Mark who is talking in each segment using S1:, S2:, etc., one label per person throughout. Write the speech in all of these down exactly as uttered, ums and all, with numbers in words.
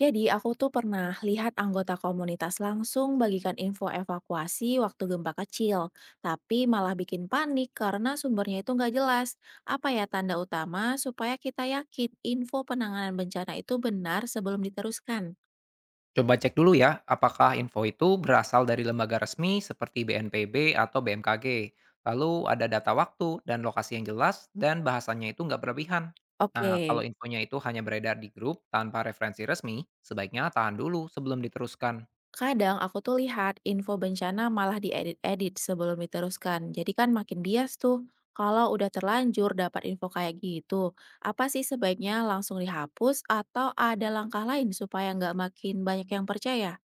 S1: Jadi aku tuh pernah lihat anggota komunitas langsung bagikan info evakuasi waktu gempa kecil, tapi malah bikin panik karena sumbernya itu nggak jelas. Apa ya tanda utama supaya kita yakin info penanganan bencana itu benar sebelum diteruskan?
S2: Coba cek dulu ya, apakah info itu berasal dari lembaga resmi seperti B N P B atau B M K G. Lalu ada data waktu dan lokasi yang jelas dan bahasanya itu nggak berlebihan.
S1: Oke.
S2: Nah, kalau infonya itu hanya beredar di grup tanpa referensi resmi, sebaiknya tahan dulu sebelum diteruskan.
S1: Kadang aku tuh lihat info bencana malah diedit-edit sebelum diteruskan. Jadi kan makin bias tuh. Kalau udah terlanjur dapat info kayak gitu, apa sih sebaiknya langsung dihapus atau ada langkah lain supaya nggak makin banyak yang percaya?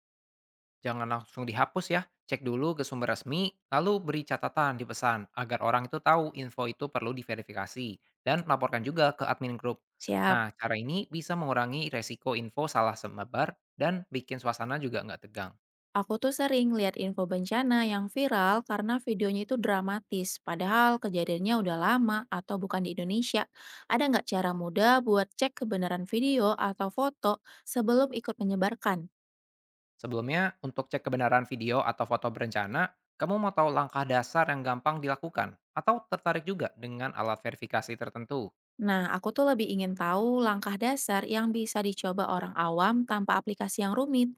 S2: Jangan langsung dihapus ya, cek dulu ke sumber resmi, lalu beri catatan di pesan agar orang itu tahu info itu perlu diverifikasi, dan laporkan juga ke admin grup.
S1: Siap.
S2: Nah, cara ini bisa mengurangi resiko info salah semebar dan bikin suasana juga nggak tegang.
S1: Aku tuh sering lihat info bencana yang viral karena videonya itu dramatis, padahal kejadiannya udah lama atau bukan di Indonesia. Ada nggak cara mudah buat cek kebenaran video atau foto sebelum ikut menyebarkan?
S2: Sebelumnya, untuk cek kebenaran video atau foto berencana, kamu mau tahu langkah dasar yang gampang dilakukan atau tertarik juga dengan alat verifikasi tertentu?
S1: Nah, aku tuh lebih ingin tahu langkah dasar yang bisa dicoba orang awam tanpa aplikasi yang rumit.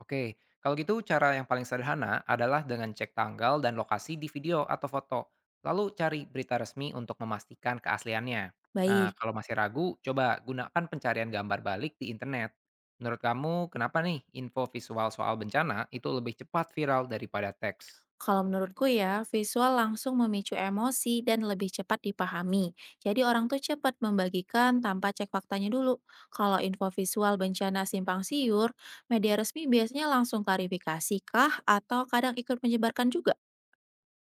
S2: Oke, kalau gitu cara yang paling sederhana adalah dengan cek tanggal dan lokasi di video atau foto, lalu cari berita resmi untuk memastikan keasliannya. Nah,
S1: Baik,
S2: kalau masih ragu, coba gunakan pencarian gambar balik di internet. Menurut kamu, kenapa nih info visual soal bencana itu lebih cepat viral daripada teks?
S1: kalau menurutku ya, visual langsung memicu emosi dan lebih cepat dipahami. Jadi orang tuh cepat membagikan tanpa cek faktanya dulu. Kalau info visual bencana simpang siur, media resmi biasanya langsung klarifikasi kah atau kadang ikut menyebarkan juga?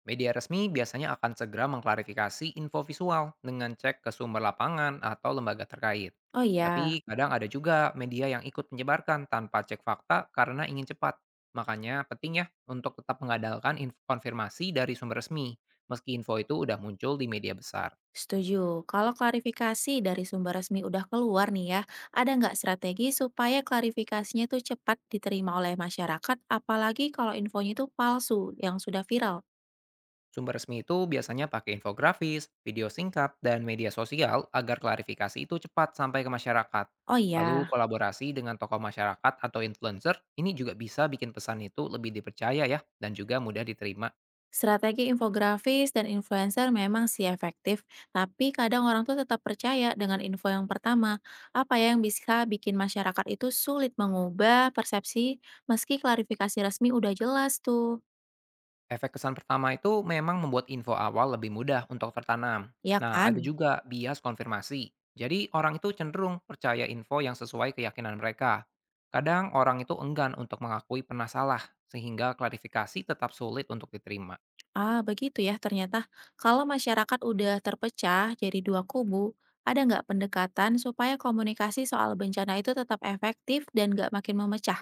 S2: Media resmi biasanya akan segera mengklarifikasi info visual dengan cek ke sumber lapangan atau lembaga terkait.
S1: Oh iya.
S2: Tapi kadang ada juga media yang ikut menyebarkan tanpa cek fakta karena ingin cepat. Makanya penting ya untuk tetap mengandalkan info konfirmasi dari sumber resmi, meski info itu udah muncul di media besar.
S1: Setuju. Kalau klarifikasi dari sumber resmi udah keluar nih ya, ada nggak strategi supaya klarifikasinya tuh cepat diterima oleh masyarakat, apalagi kalau infonya tuh palsu yang sudah viral?
S2: Sumber resmi itu biasanya pakai infografis, video singkat, dan media sosial agar klarifikasi itu cepat sampai ke masyarakat.
S1: Oh
S2: Lalu
S1: iya,
S2: kolaborasi dengan tokoh masyarakat atau influencer ini juga bisa bikin pesan itu lebih dipercaya ya dan juga mudah diterima.
S1: strategi infografis dan influencer memang sih efektif, tapi kadang orang tuh tetap percaya dengan info yang pertama. Apa ya yang bisa bikin masyarakat itu sulit mengubah persepsi meski klarifikasi resmi udah jelas tuh?
S2: Efek kesan pertama itu memang membuat info awal lebih mudah untuk tertanam.
S1: Ya
S2: Nah, ada
S1: kan?
S2: juga bias konfirmasi. Jadi orang itu cenderung percaya info yang sesuai keyakinan mereka. Kadang orang itu enggan untuk mengakui pernah salah sehingga klarifikasi tetap sulit untuk diterima.
S1: Ah, begitu ya ternyata. Kalau masyarakat udah terpecah jadi dua kubu, ada nggak pendekatan supaya komunikasi soal bencana itu tetap efektif dan nggak makin memecah?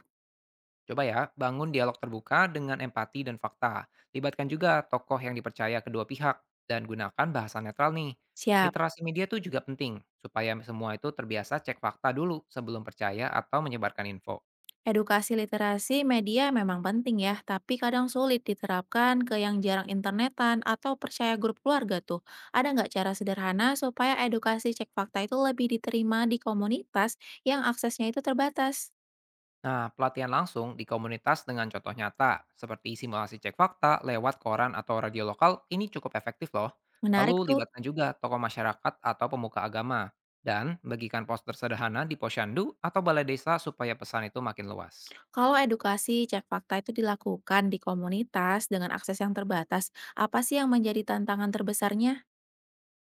S2: Coba ya, bangun dialog terbuka dengan empati dan fakta. Libatkan juga tokoh yang dipercaya kedua pihak dan gunakan bahasa netral nih.
S1: Siap.
S2: Literasi media tuh juga penting supaya semua itu terbiasa cek fakta dulu sebelum percaya atau menyebarkan info.
S1: Edukasi literasi media memang penting ya, tapi kadang sulit diterapkan ke yang jarang internetan atau percaya grup keluarga tuh. Ada nggak cara sederhana supaya edukasi cek fakta itu lebih diterima di komunitas yang aksesnya itu terbatas?
S2: Nah, pelatihan langsung di komunitas dengan contoh nyata seperti simulasi cek fakta lewat koran atau radio lokal ini cukup efektif loh. Lalu
S1: Menarik tuh.
S2: libatkan juga tokoh masyarakat atau pemuka agama dan bagikan poster sederhana di posyandu atau balai desa supaya pesan itu makin luas.
S1: Kalau edukasi cek fakta itu dilakukan di komunitas dengan akses yang terbatas, apa sih yang menjadi tantangan terbesarnya?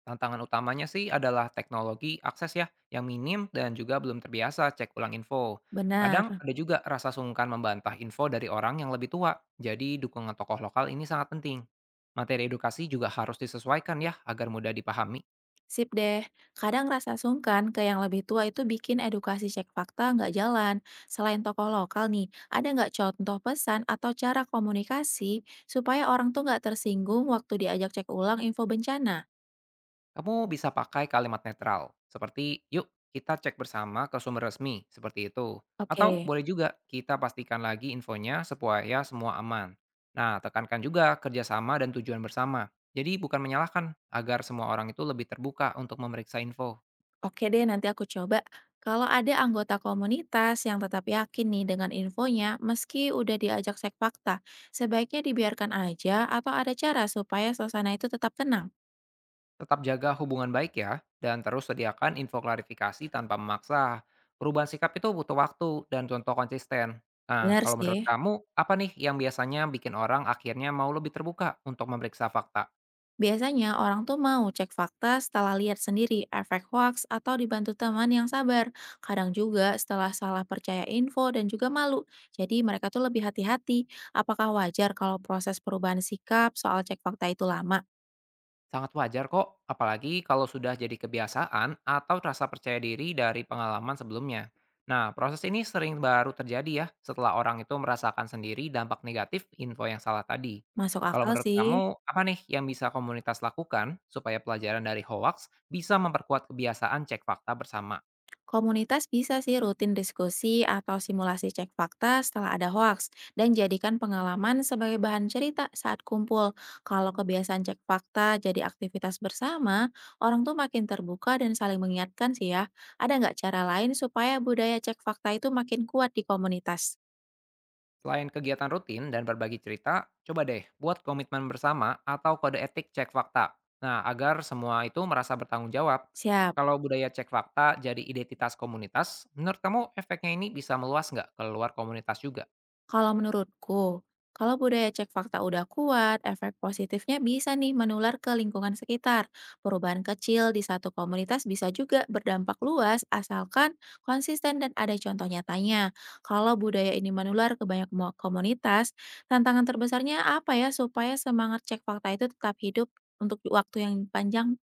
S2: Tantangan utamanya sih adalah teknologi, akses ya, yang minim dan juga belum terbiasa cek ulang info.
S1: Benar.
S2: Kadang ada juga rasa sungkan membantah info dari orang yang lebih tua, jadi dukungan tokoh lokal ini sangat penting. Materi edukasi juga harus disesuaikan ya agar mudah dipahami.
S1: Sip deh. Kadang rasa sungkan ke yang lebih tua itu bikin edukasi cek fakta nggak jalan. Selain tokoh lokal nih, ada nggak contoh pesan atau cara komunikasi supaya orang tuh nggak tersinggung waktu diajak cek ulang info bencana?
S2: Kamu bisa pakai kalimat netral, seperti "Yuk, kita cek bersama ke sumber resmi," seperti itu. Atau
S1: Oke.
S2: boleh juga kita pastikan lagi infonya supaya semua aman. Nah, tekankan juga kerjasama dan tujuan bersama. Jadi bukan menyalahkan, agar semua orang itu lebih terbuka untuk memeriksa info.
S1: Oke deh, nanti aku coba. Kalau ada anggota komunitas yang tetap yakin nih dengan infonya, meski udah diajak cek fakta, sebaiknya dibiarkan aja atau ada cara supaya suasana itu tetap tenang.
S2: Tetap jaga hubungan baik ya, dan terus sediakan info klarifikasi tanpa memaksa. Perubahan sikap itu butuh waktu dan contoh konsisten. Nah,
S1: Benar
S2: kalau
S1: sih.
S2: menurut kamu, apa nih yang biasanya bikin orang akhirnya mau lebih terbuka untuk memeriksa fakta?
S1: Biasanya orang tuh mau cek fakta setelah lihat sendiri efek hoax atau dibantu teman yang sabar. Kadang juga setelah salah percaya info dan juga malu. Jadi mereka tuh lebih hati-hati. Apakah wajar kalau proses perubahan sikap soal cek fakta itu lama?
S2: Sangat wajar kok, apalagi kalau sudah jadi kebiasaan atau rasa percaya diri dari pengalaman sebelumnya. Nah, proses ini sering baru terjadi ya setelah orang itu merasakan sendiri dampak negatif info yang salah tadi.
S1: Masuk
S2: Kalau
S1: akal
S2: menurut
S1: sih.
S2: kamu, apa nih yang bisa komunitas lakukan supaya pelajaran dari hoax bisa memperkuat kebiasaan cek fakta bersama?
S1: Komunitas bisa sih rutin diskusi atau simulasi cek fakta setelah ada hoaks dan jadikan pengalaman sebagai bahan cerita saat kumpul. Kalau kebiasaan cek fakta jadi aktivitas bersama, orang tuh makin terbuka dan saling mengingatkan sih ya. Ada nggak cara lain supaya budaya cek fakta itu makin kuat di komunitas?
S2: Selain kegiatan rutin dan berbagi cerita, coba deh buat komitmen bersama atau kode etik cek fakta. Nah, agar semua itu merasa bertanggung jawab.
S1: Siap.
S2: Kalau budaya cek fakta jadi identitas komunitas, menurut kamu efeknya ini bisa meluas nggak ke luar komunitas juga?
S1: Kalau menurutku, kalau budaya cek fakta udah kuat, efek positifnya bisa nih menular ke lingkungan sekitar. Perubahan kecil di satu komunitas bisa juga berdampak luas asalkan konsisten dan ada contoh nyatanya. Kalau budaya ini menular ke banyak mo- komunitas, tantangan terbesarnya apa ya supaya semangat cek fakta itu tetap hidup untuk waktu yang panjang?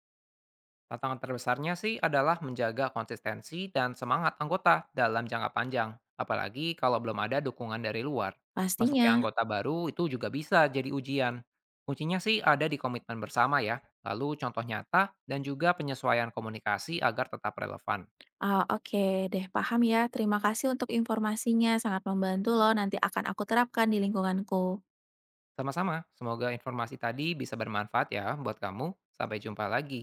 S2: Tantangan terbesarnya sih adalah menjaga konsistensi dan semangat anggota dalam jangka panjang, apalagi kalau belum ada dukungan dari luar. Masuknya
S1: Pastinya.
S2: anggota baru itu juga bisa jadi ujian. Kuncinya sih ada di komitmen bersama ya, lalu contoh nyata dan juga penyesuaian komunikasi agar tetap relevan.
S1: Ah, oke deh, paham ya. Terima kasih untuk informasinya. Sangat membantu loh. Nanti akan aku terapkan di lingkunganku.
S2: Sama-sama, semoga informasi tadi bisa bermanfaat ya buat kamu. Sampai jumpa lagi.